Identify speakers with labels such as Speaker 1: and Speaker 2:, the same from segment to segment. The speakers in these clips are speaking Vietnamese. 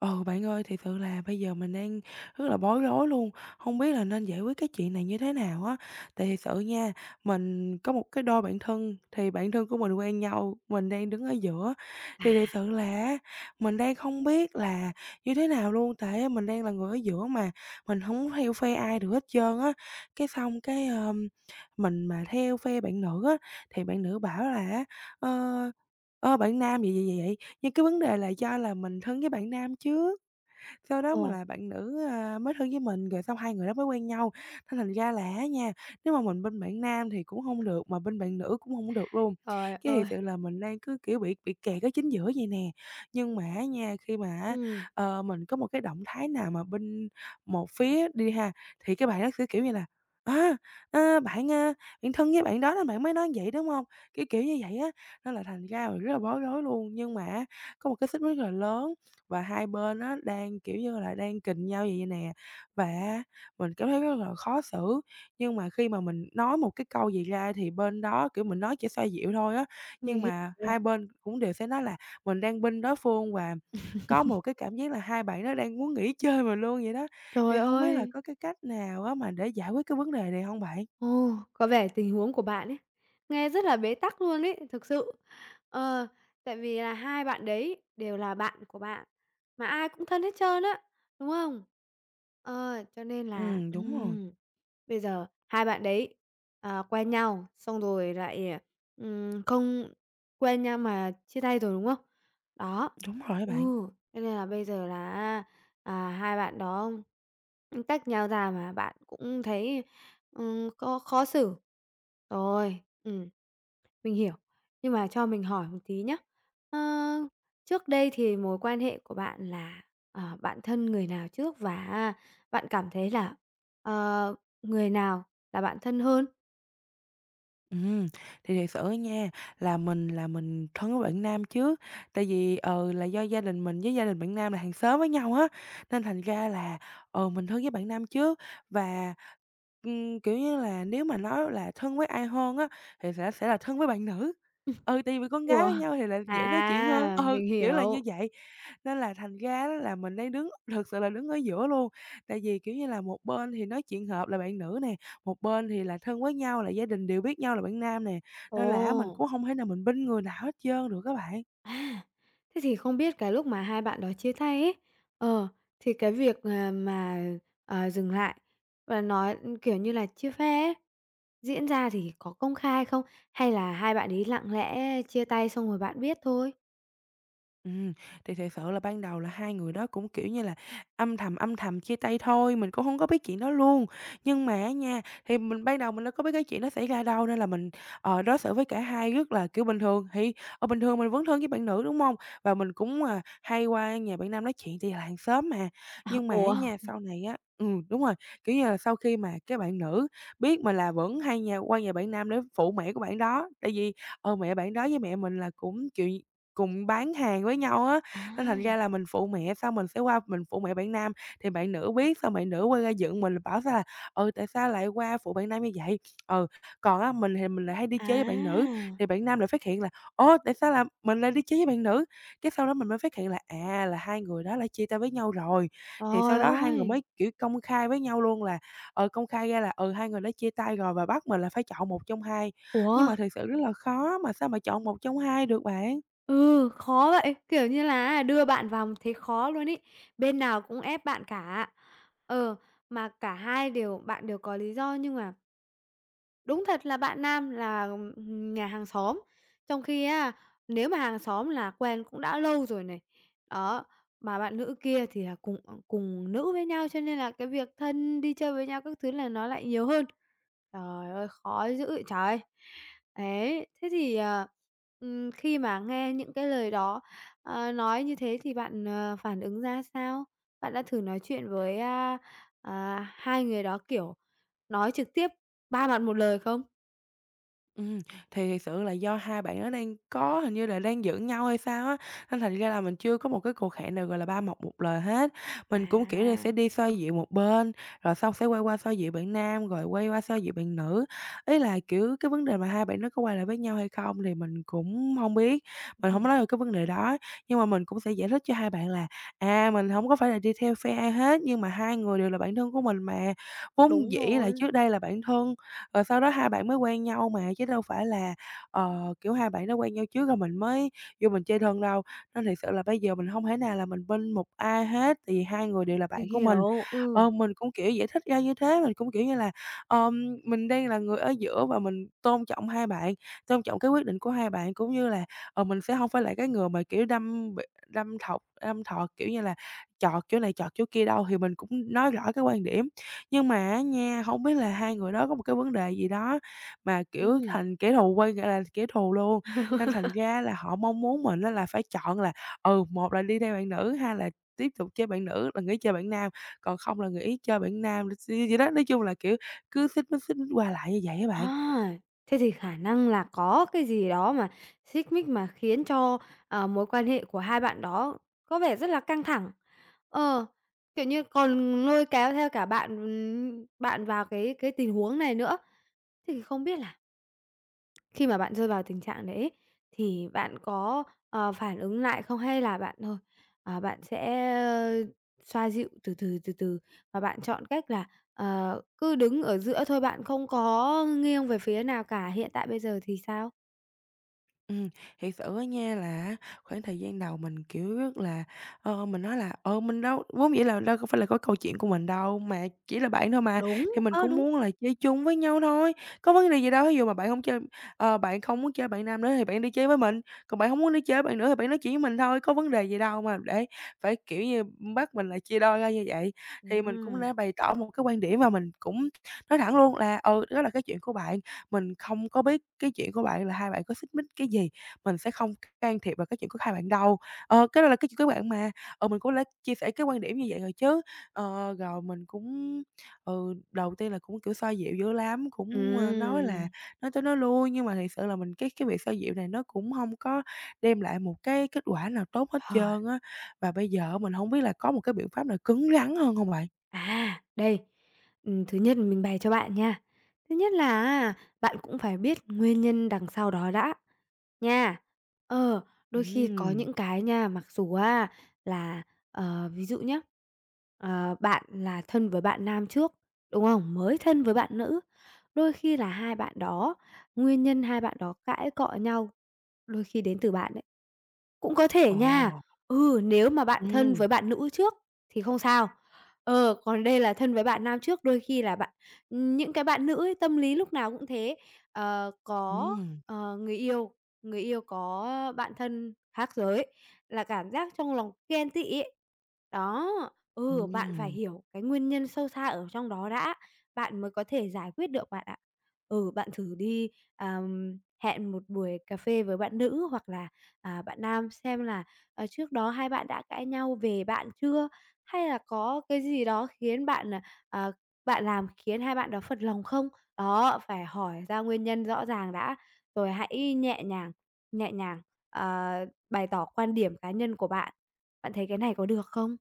Speaker 1: Ừ, bạn ơi, thì sự là bây giờ mình đang rất là bối rối luôn, không biết là nên giải quyết cái chuyện này như thế nào á. Tại thiệt sự nha, mình có một cái đôi bạn thân, thì bạn thân của mình quen nhau, mình đang đứng ở giữa,
Speaker 2: À.
Speaker 1: thì thiệt sự là mình đang không biết là như thế nào luôn, tại mình đang là người ở giữa mà, mình không theo phe ai được hết trơn á. Cái xong cái, mình mà theo phe bạn nữ á, thì bạn nữ bảo là á, ơ, bạn nam vậy, vậy, vậy, vậy nhưng cái vấn đề là do là mình thân với bạn nam chứ. Sau đó
Speaker 2: Ồ,
Speaker 1: mà là bạn nữ, à, mới thân với mình, rồi xong hai người đó mới quen nhau. Nên thành ra là á nha, nếu mà mình bên bạn nam thì cũng hông được, mà bên bạn nữ cũng hổng được luôn.
Speaker 2: trời
Speaker 1: Cái
Speaker 2: ơi!
Speaker 1: thiệt sự là mình đang cứ, kiểu, bị kẹt ở chính giữa vậy nè. Nhưng mà á nha, khi mà á,
Speaker 2: Ừm.
Speaker 1: mình có một cái động thái nào mà bên một phía đi ha, thì cái bạn đó sẽ, kiểu như là "À, a, bạn, a, bạn thân với bạn đó nên bạn mới nói vậy, đúng hông?" Kiểu như vậy á, nên là thành ra mình rất là bối rối luôn. Nhưng mà á, có một cái xích mích rất là lớn và hai bên á đang, kiểu như là, đang kình nhau vậy nè, và mình cảm thấy rất là khó xử. Nhưng mà khi mà mình nói một cái câu gì ra thì bên đó, kiểu, mình nói chỉ xoa dịu thôi á,
Speaker 2: Mình
Speaker 1: nhưng
Speaker 2: hiểu.
Speaker 1: mà hai bên cũng đều sẽ nói là mình đang binh đối phương và có một cái cảm giác là hai bạn nó đang muốn nghỉ chơi mình luôn vậy đó.
Speaker 2: Trời
Speaker 1: Thì không biết là
Speaker 2: ơi!
Speaker 1: có cái cách nào á mà để giải quyết cái vấn đề này không bạn?
Speaker 2: Ồ, có vẻ tình huống của bạn ấy nghe rất là bế tắc luôn ấy, thực sự. Ờ, Tại vì là hai bạn đấy đều là bạn của bạn, mà ai cũng thân hết trơn á, đúng không? Cho nên là,
Speaker 1: Ừ, đúng rồi.
Speaker 2: bây giờ hai bạn đấy, quen nhau, xong rồi lại, không quen nhau mà chia tay rồi, đúng không? Đó,
Speaker 1: Đúng rồi
Speaker 2: ừ,
Speaker 1: bạn.
Speaker 2: cho nên là bây giờ là hai bạn đó, tách nhau ra mà bạn cũng thấy có khó xử. Rồi, mình hiểu. Nhưng mà cho mình hỏi một tí nhá. Ơ, Trước đây thì mối quan hệ của bạn là, bạn thân người nào trước và bạn cảm thấy là, ờ, người nào là bạn thân hơn?
Speaker 1: Ừm, thì thiệt sự nha, là mình thân với bạn nam chứ tại vì, là do gia đình mình với gia đình bạn nam là hàng xóm với nhau á, nên thành ra là, mình thân với bạn nam trước. Và, kiểu như là, nếu mà nói là thân với ai hơn á, thì sẽ là thân với bạn nữ. Ừ, tại vì con gái
Speaker 2: Ủa.
Speaker 1: với nhau thì là dễ nói chuyện hơn,
Speaker 2: À,
Speaker 1: ừ,
Speaker 2: mình
Speaker 1: kiểu là như
Speaker 2: hiểu.
Speaker 1: vậy. Nên là thành ra á là mình đang đứng thực sự là đứng ở giữa luôn, tại vì, kiểu như là, một bên thì nói chuyện hợp là bạn nữ nè, một bên thì là thân với nhau là gia đình đều biết nhau là bạn nam nè,
Speaker 2: Ồ.
Speaker 1: nên là á mình cũng không thể nào mình binh người nào hết trơn được các bạn.
Speaker 2: À, thế thì không biết cái lúc mà hai bạn đó chia tay ấy, ờ, thì cái việc, dừng lại và nói, ừ, kiểu như là, chia phe ấy, diễn ra thì có công khai không? Hay là hai bạn ấy lặng lẽ chia tay xong rồi bạn biết thôi?
Speaker 1: Ừm, thì thật sự là ban đầu là hai người đó cũng, kiểu như là, âm thầm chia tay thôi, mình cũng hông có biết chuyện đó luôn. Nhưng mà á nha, thì mình ban đầu mình đâu có biết cái chuyện đó xảy ra đâu nên là mình, đối xử với cả hai rất là, kiểu, bình thường. Thì, bình thường mình vẫn thân với bạn nữ, đúng hông? Và mình cũng, à, hay qua nhà bạn nam nói chuyện tại vì là hàng xóm mà. Nhưng mà á
Speaker 2: Ủa?
Speaker 1: nha, sau này á đúng rồi, kiểu như là, sau khi mà cái bạn nữ biết mình là vẫn hay nhà qua nhà bạn nam để phụ mẹ của bạn đó, tại vì, mẹ bạn đó với mẹ mình là cũng, kiểu cùng bán hàng với nhau á,
Speaker 2: À.
Speaker 1: nên thành ra là mình phụ mẹ, xong mình sẽ qua mình phụ mẹ bạn nam, thì bạn nữ biết, xong bạn nữ quay ra dựng mình là bảo sao là "Ừ, tại sao lại qua phụ bạn nam như vậy?" Ừ, còn á, mình thì mình lại hay đi chơi với bạn nữ,
Speaker 2: À!
Speaker 1: thì bạn nam lại phát hiện là "Ồ, tại sao là mình lại đi chơi với bạn nữ?" Cái sau đó mình mới phát hiện là, à, là hai người đó đã chia tay với nhau rồi, thì
Speaker 2: Trời
Speaker 1: sau đó hai người
Speaker 2: ơi!
Speaker 1: mới, kiểu, công khai với nhau luôn là, công khai ra là, ừ, hai người đã chia tay rồi và bắt mình là phải chọn một trong hai.
Speaker 2: Ủa?
Speaker 1: Nhưng mà thực sự rất là khó, mà sao mà chọn một trong hai được bạn?
Speaker 2: Ừ, khó vậy, kiểu như là đưa bạn vào thấy khó luôn ấy, bên nào cũng ép bạn cả. Ờ, mà cả hai đều bạn đều có lý do nhưng mà đúng thật là bạn nam là, nhà hàng xóm, trong khi á, nếu mà hàng xóm là quen cũng đã lâu rồi này. Đó, mà bạn nữ kia thì là cùng, cùng nữ với nhau, cho nên là cái việc thân đi chơi với nhau các thứ là nó lại nhiều hơn. Trời ơi, khó giữ vậy trời! Ấy, thế thì, khi mà nghe những cái lời đó, nói như thế thì bạn, phản ứng ra sao? Bạn đã thử nói chuyện với, hai người đó, kiểu nói trực tiếp ba mặt một lời không?
Speaker 1: Ừm, thì thiệt sự là do hai bạn đó đang có hình như là đang giận nhau hay sao á, nên thành ra là mình chưa có một cái cuộc hẹn nào, gọi là, ba mặt một lời hết. Mình cũng, kiểu như,
Speaker 2: À,
Speaker 1: sẽ đi xoa dịu một bên, rồi xong sẽ quay qua xoa dịu bạn nam, rồi quay qua xoa dịu bạn nữ. Ý là, kiểu, cái vấn đề mà hai bạn nó có quay lại với nhau hay không thì mình cũng không biết, mình không nói được cái vấn đề đó, nhưng mà mình cũng sẽ giải thích cho hai bạn là, à, mình không có phải là đi theo phe ai hết, nhưng mà hai người đều là bạn thân của mình mà, vốn
Speaker 2: đúng
Speaker 1: dĩ là
Speaker 2: rồi,
Speaker 1: trước đây là bạn thân rồi sau đó hai bạn mới quen nhau mà, chứ đâu phải là, kiểu, hai bạn đó quen nhau trước rồi mình mới vô mình chơi thân đâu. Nên thiệt sự là bây giờ mình không thể nào là mình bên một ai hết, tại vì hai người đều là
Speaker 2: mình
Speaker 1: bạn của mình.
Speaker 2: hiểu, ừ.
Speaker 1: Mình cũng, kiểu, giải thích ra như thế, mình cũng, kiểu như là, mình đang là người ở giữa và mình tôn trọng hai bạn, tôn trọng cái quyết định của hai bạn, cũng như là, mình sẽ không phải là cái người mà, kiểu, đâm thọc đâm thọt, kiểu như là, chọt chỗ này chọt chỗ kia đâu, thì mình cũng nói rõ cái quan điểm. Nhưng mà á nha, hổng biết là hai người đó có một cái vấn đề gì đó mà, kiểu,
Speaker 2: Ừm.
Speaker 1: thành kẻ thù quay lại là kẻ thù luôn, nên thành ra là họ mong muốn mình á là phải chọn là, ừ, một là đi theo bạn nữ, hai là tiếp tục chơi bạn nữ là người chơi bạn nam, còn không là người chơi bạn nam, vậy đó. Nói chung là, kiểu, cứ xích mích qua lại như vậy á bạn.
Speaker 2: À, thế thì khả năng là có cái gì đó mà xích mích mà khiến cho, mối quan hệ của hai bạn đó có vẻ rất là căng thẳng. Ờ, kiểu như, còn lôi kéo theo cả bạn, bạn vào cái tình huống này nữa. Thế thì không biết là khi mà bạn rơi vào tình trạng đấy ấy, thì bạn có, phản ứng lại không? Hay là bạn thôi, bạn sẽ, xoa dịu từ từ, từ từ và bạn chọn cách là, cứ đứng ở giữa thôi, bạn không có nghiêng về phía nào cả, hiện tại bây giờ thì sao?
Speaker 1: Ừm, Thiệt sự á nha là khoảng thời gian đầu mình, kiểu, rất là, mình nói là "Ờ, mình đâu vốn dĩ là đâu có phải là có câu chuyện của mình đâu, mà chỉ là bạn thôi mà,
Speaker 2: Đúng.
Speaker 1: thì mình
Speaker 2: Ơ,
Speaker 1: cũng
Speaker 2: đúng.
Speaker 1: muốn là chơi chung với nhau thôi, có vấn đề gì đâu." Ví dụ mà bạn không muốn chơi bạn nam nữa thì bạn đi chơi với mình, còn bạn không muốn đi chơi với bạn nữa thì bạn nói chuyện với mình thôi, có vấn đề gì đâu mà để phải, kiểu như, bắt mình là chia đôi ra như vậy. Thì mình cũng
Speaker 2: Ừm.
Speaker 1: đã bày tỏ một cái quan điểm và mình cũng nói thẳng luôn là "Ừ, đó là cái chuyện của bạn, mình không có biết cái chuyện của bạn là hai bạn có xích mích cái gì, mình sẽ không can thiệp vào cái chuyện của hai bạn đâu. Ờ, cái đó là cái chuyện của bạn mà, ờ, mình cũng đã chia sẻ cái quan điểm như vậy rồi chứ." Rồi mình cũng, ừ, đầu tiên là cũng, kiểu, xoa dịu dữ lắm, cũng, ơ, nói là
Speaker 2: Ừm,
Speaker 1: nói tới nói lui, nhưng mà thiệt sự là mình cái việc xoa dịu này nó cũng không có đem lại một cái kết quả nào tốt hết
Speaker 2: trời.
Speaker 1: trơn á. Và bây giờ mình không biết là có một cái biện pháp nào cứng rắn hơn không bạn?
Speaker 2: À, đây, thứ nhất mình bày cho bạn nha. Thứ nhất là á, bạn cũng phải biết nguyên nhân đằng sau đó đã, nha. Ờ, đôi khi có
Speaker 1: Ừm,
Speaker 2: những cái nha, mặc dù á là, ví dụ nhé, bạn là thân với bạn nam trước, đúng không? Mới thân với bạn nữ, đôi khi là hai bạn đó, nguyên nhân hai bạn đó cãi cọ nhau đôi khi đến từ bạn đấy. Cũng có thể
Speaker 1: ồ,
Speaker 2: nha. Ừ, nếu mà bạn thân
Speaker 1: ừm,
Speaker 2: với bạn nữ trước thì không sao. Ờ, còn đây là thân với bạn nam trước, đôi khi là bạn những cái bạn nữ ấy, tâm lý lúc nào cũng thế, ờ, có,
Speaker 1: ừm,
Speaker 2: ờ, người yêu, người yêu có bạn thân khác giới là cảm giác trong lòng ghen tị ấy. Đó, ừ, bạn phải
Speaker 1: ừm.
Speaker 2: hiểu cái nguyên nhân sâu xa ở trong đó đã, bạn mới có thể giải quyết được bạn ạ. Ừ, bạn thử đi, hẹn một buổi cà phê với bạn nữ hoặc là bạn nam xem là, trước đó hai bạn đã cãi nhau về bạn chưa? Hay là có cái gì đó khiến bạn, ờ, bạn làm khiến hai bạn đó phật lòng không? Đó, phải hỏi ra nguyên nhân rõ ràng đã, rồi hãy nhẹ nhàng, ờ, bày tỏ quan điểm cá nhân của bạn. Bạn thấy cái này có được không?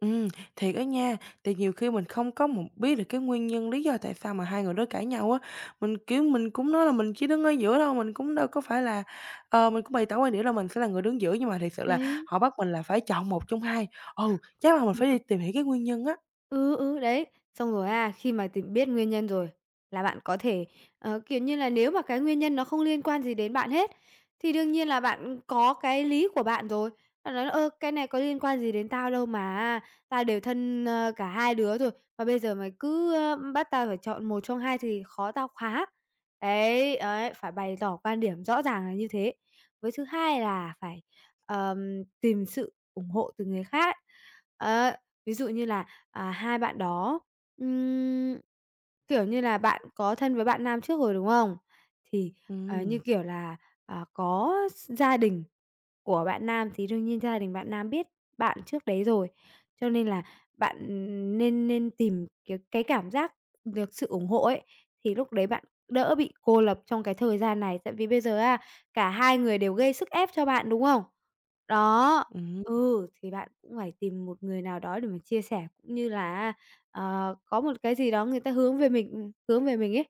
Speaker 1: Ừ, thiệt á nha, thì nhiều khi mình không có biết được cái nguyên nhân lý do tại sao mà hai người đó cãi nhau á. Mình, kiểu, mình cũng nói là mình chỉ đứng ở giữa đâu, mình cũng đâu có phải là ờ, mình cũng bày tỏ quan điểm là mình sẽ là người đứng giữa, nhưng mà thiệt sự là
Speaker 2: Đấy.
Speaker 1: họ bắt mình là phải chọn một trong hai. Ừ, chắc là mình phải đi tìm hiểu cái nguyên nhân á.
Speaker 2: Ừ, ừ, đấy. Xong rồi à khi mà tìm biết nguyên nhân rồi là bạn có thể, kiểu như là, nếu mà cái nguyên nhân nó không liên quan gì đến bạn hết, thì đương nhiên là bạn có cái lý của bạn rồi. Bạn nói là "Ơ, cái này có liên quan gì đến tao đâu mà, tao đều thân, cả hai đứa rồi, mà bây giờ mày cứ, bắt tao phải chọn một trong hai thì khó tao quá." Đấy, ấy, phải bày tỏ quan điểm rõ ràng là như thế. Với thứ hai là phải, tìm sự ủng hộ từ người khác. Ấy, ví dụ như là hai bạn đó, ừm, kiểu như là, bạn có thân với bạn nam trước rồi, đúng không? Thì, như
Speaker 1: Ừ,
Speaker 2: kiểu là, có s gia đình của bạn nam thì đương nhiên gia đình bạn nam biết bạn trước đấy rồi, cho nên là bạn, nên nên tìm cái cảm giác được sự ủng hộ ấy, thì lúc đấy bạn đỡ bị cô lập trong cái thời gian này. Tại vì bây giờ á, cả hai người đều gây sức ép cho bạn, đúng không? Đó,
Speaker 1: ừ,
Speaker 2: ừ, thì bạn cũng phải tìm một người nào đó để mà chia sẻ, cũng như là có một cái gì đó người ta hướng về mình, hướng về mình ấy,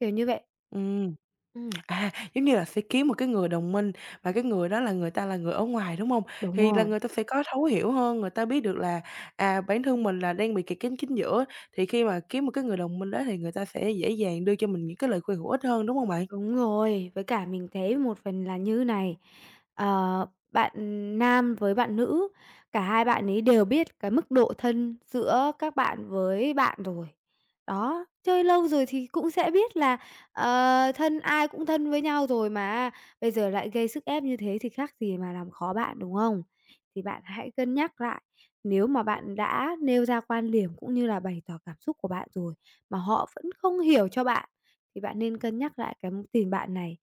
Speaker 2: kiểu như vậy.
Speaker 1: ừm.
Speaker 2: Ừm,
Speaker 1: À, giống như là sẽ kiếm một cái người đồng minh mà cái người đó là người ta là người ở ngoài, đúng hông?
Speaker 2: đúng
Speaker 1: Thì là
Speaker 2: rồi.
Speaker 1: người ta sẽ có thấu hiểu hơn, người ta biết được là, à, bản thân mình là đang bị kẹt cánh chính giữa, thì khi mà kiếm một cái người đồng minh đó thì người ta sẽ dễ dàng đưa cho mình những cái lời khuyên hữu ích hơn, đúng hông bạn?
Speaker 2: Đúng rồi, với cả mình thấy một phần là như này, ờ, bạn nam với bạn nữ, cả hai bạn ấy đều biết cái mức độ thân giữa các bạn với bạn rồi. Đó, chơi lâu rồi thì cũng sẽ biết là, thân ai cũng thân với nhau rồi mà, bây giờ lại gây sức ép như thế thì khác gì mà làm khó bạn, đúng không? Thì bạn hãy cân nhắc lại, nếu mà bạn đã nêu ra quan điểm cũng như là bày tỏ cảm xúc của bạn rồi, mà họ vẫn không hiểu cho bạn thì bạn nên cân nhắc lại cái tình bạn này.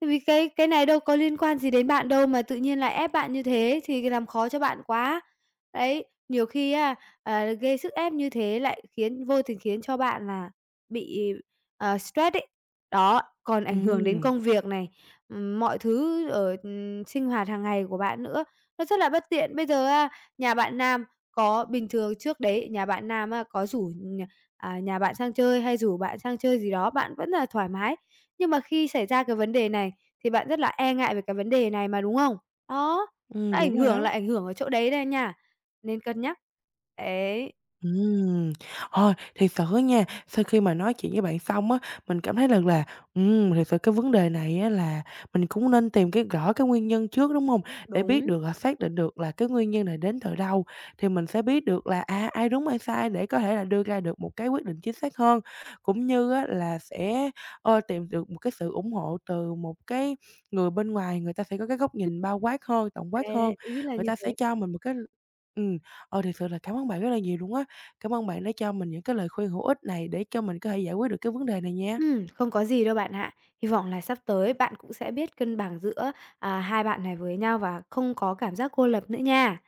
Speaker 2: Tại vì cái này đâu có liên quan gì đến bạn đâu mà tự nhiên lại ép bạn như thế thì làm khó cho bạn quá. Đấy, nhiều khi á, gây sức ép như thế lại khiến vô tình khiến cho bạn là bị, stress ấy. Đó, còn ảnh hưởng đến
Speaker 1: Ừm,
Speaker 2: công việc này, mọi thứ ở, sinh hoạt hàng ngày của bạn nữa, nó rất là bất tiện. Bây giờ á, nhà bạn nam có bình thường trước đấy nhà bạn nam á có rủ, nhà bạn sang chơi hay rủ bạn sang chơi gì đó, bạn vẫn là thoải mái. Nhưng mà khi xảy ra cái vấn đề này thì bạn rất là e ngại về cái vấn đề này mà, đúng không? Đó, nó ảnh
Speaker 1: đúng rồi
Speaker 2: hưởng là
Speaker 1: đó.
Speaker 2: ảnh hưởng ở chỗ đấy đây nha, nên cân nhắc. Đấy,
Speaker 1: Ừm, Thôi thì sự á nha, sau khi mà nói chuyện với bạn xong á, mình cảm thấy được là, thiệt sự cái vấn đề này á là mình cũng nên tìm cái rõ cái nguyên nhân trước, đúng không? Để biết
Speaker 2: đúng,
Speaker 1: được là xác định được là cái nguyên nhân này đến từ đâu, thì mình sẽ biết được là, à, ai đúng ai sai để có thể là đưa ra được một cái quyết định chính xác hơn. Cũng như á là sẽ, tìm được một cái sự ủng hộ từ một cái người bên ngoài, người ta sẽ có cái góc nhìn bao quát hơn, tổng
Speaker 2: đấy,
Speaker 1: quát hơn,
Speaker 2: đấy, ý là
Speaker 1: người
Speaker 2: như
Speaker 1: ta sẽ
Speaker 2: thế.
Speaker 1: cho mình một cái ừm, thiệt sự là cảm ơn bạn rất là nhiều luôn á. Cảm ơn bạn đã cho mình những cái lời khuyên hữu ích này để cho mình có thể giải quyết được cái vấn đề này nha.
Speaker 2: Không có gì đâu bạn ạ. Hy vọng là sắp tới bạn cũng sẽ biết cân bằng giữa, hai bạn này với nhau và không có cảm giác cô lập nữa nha.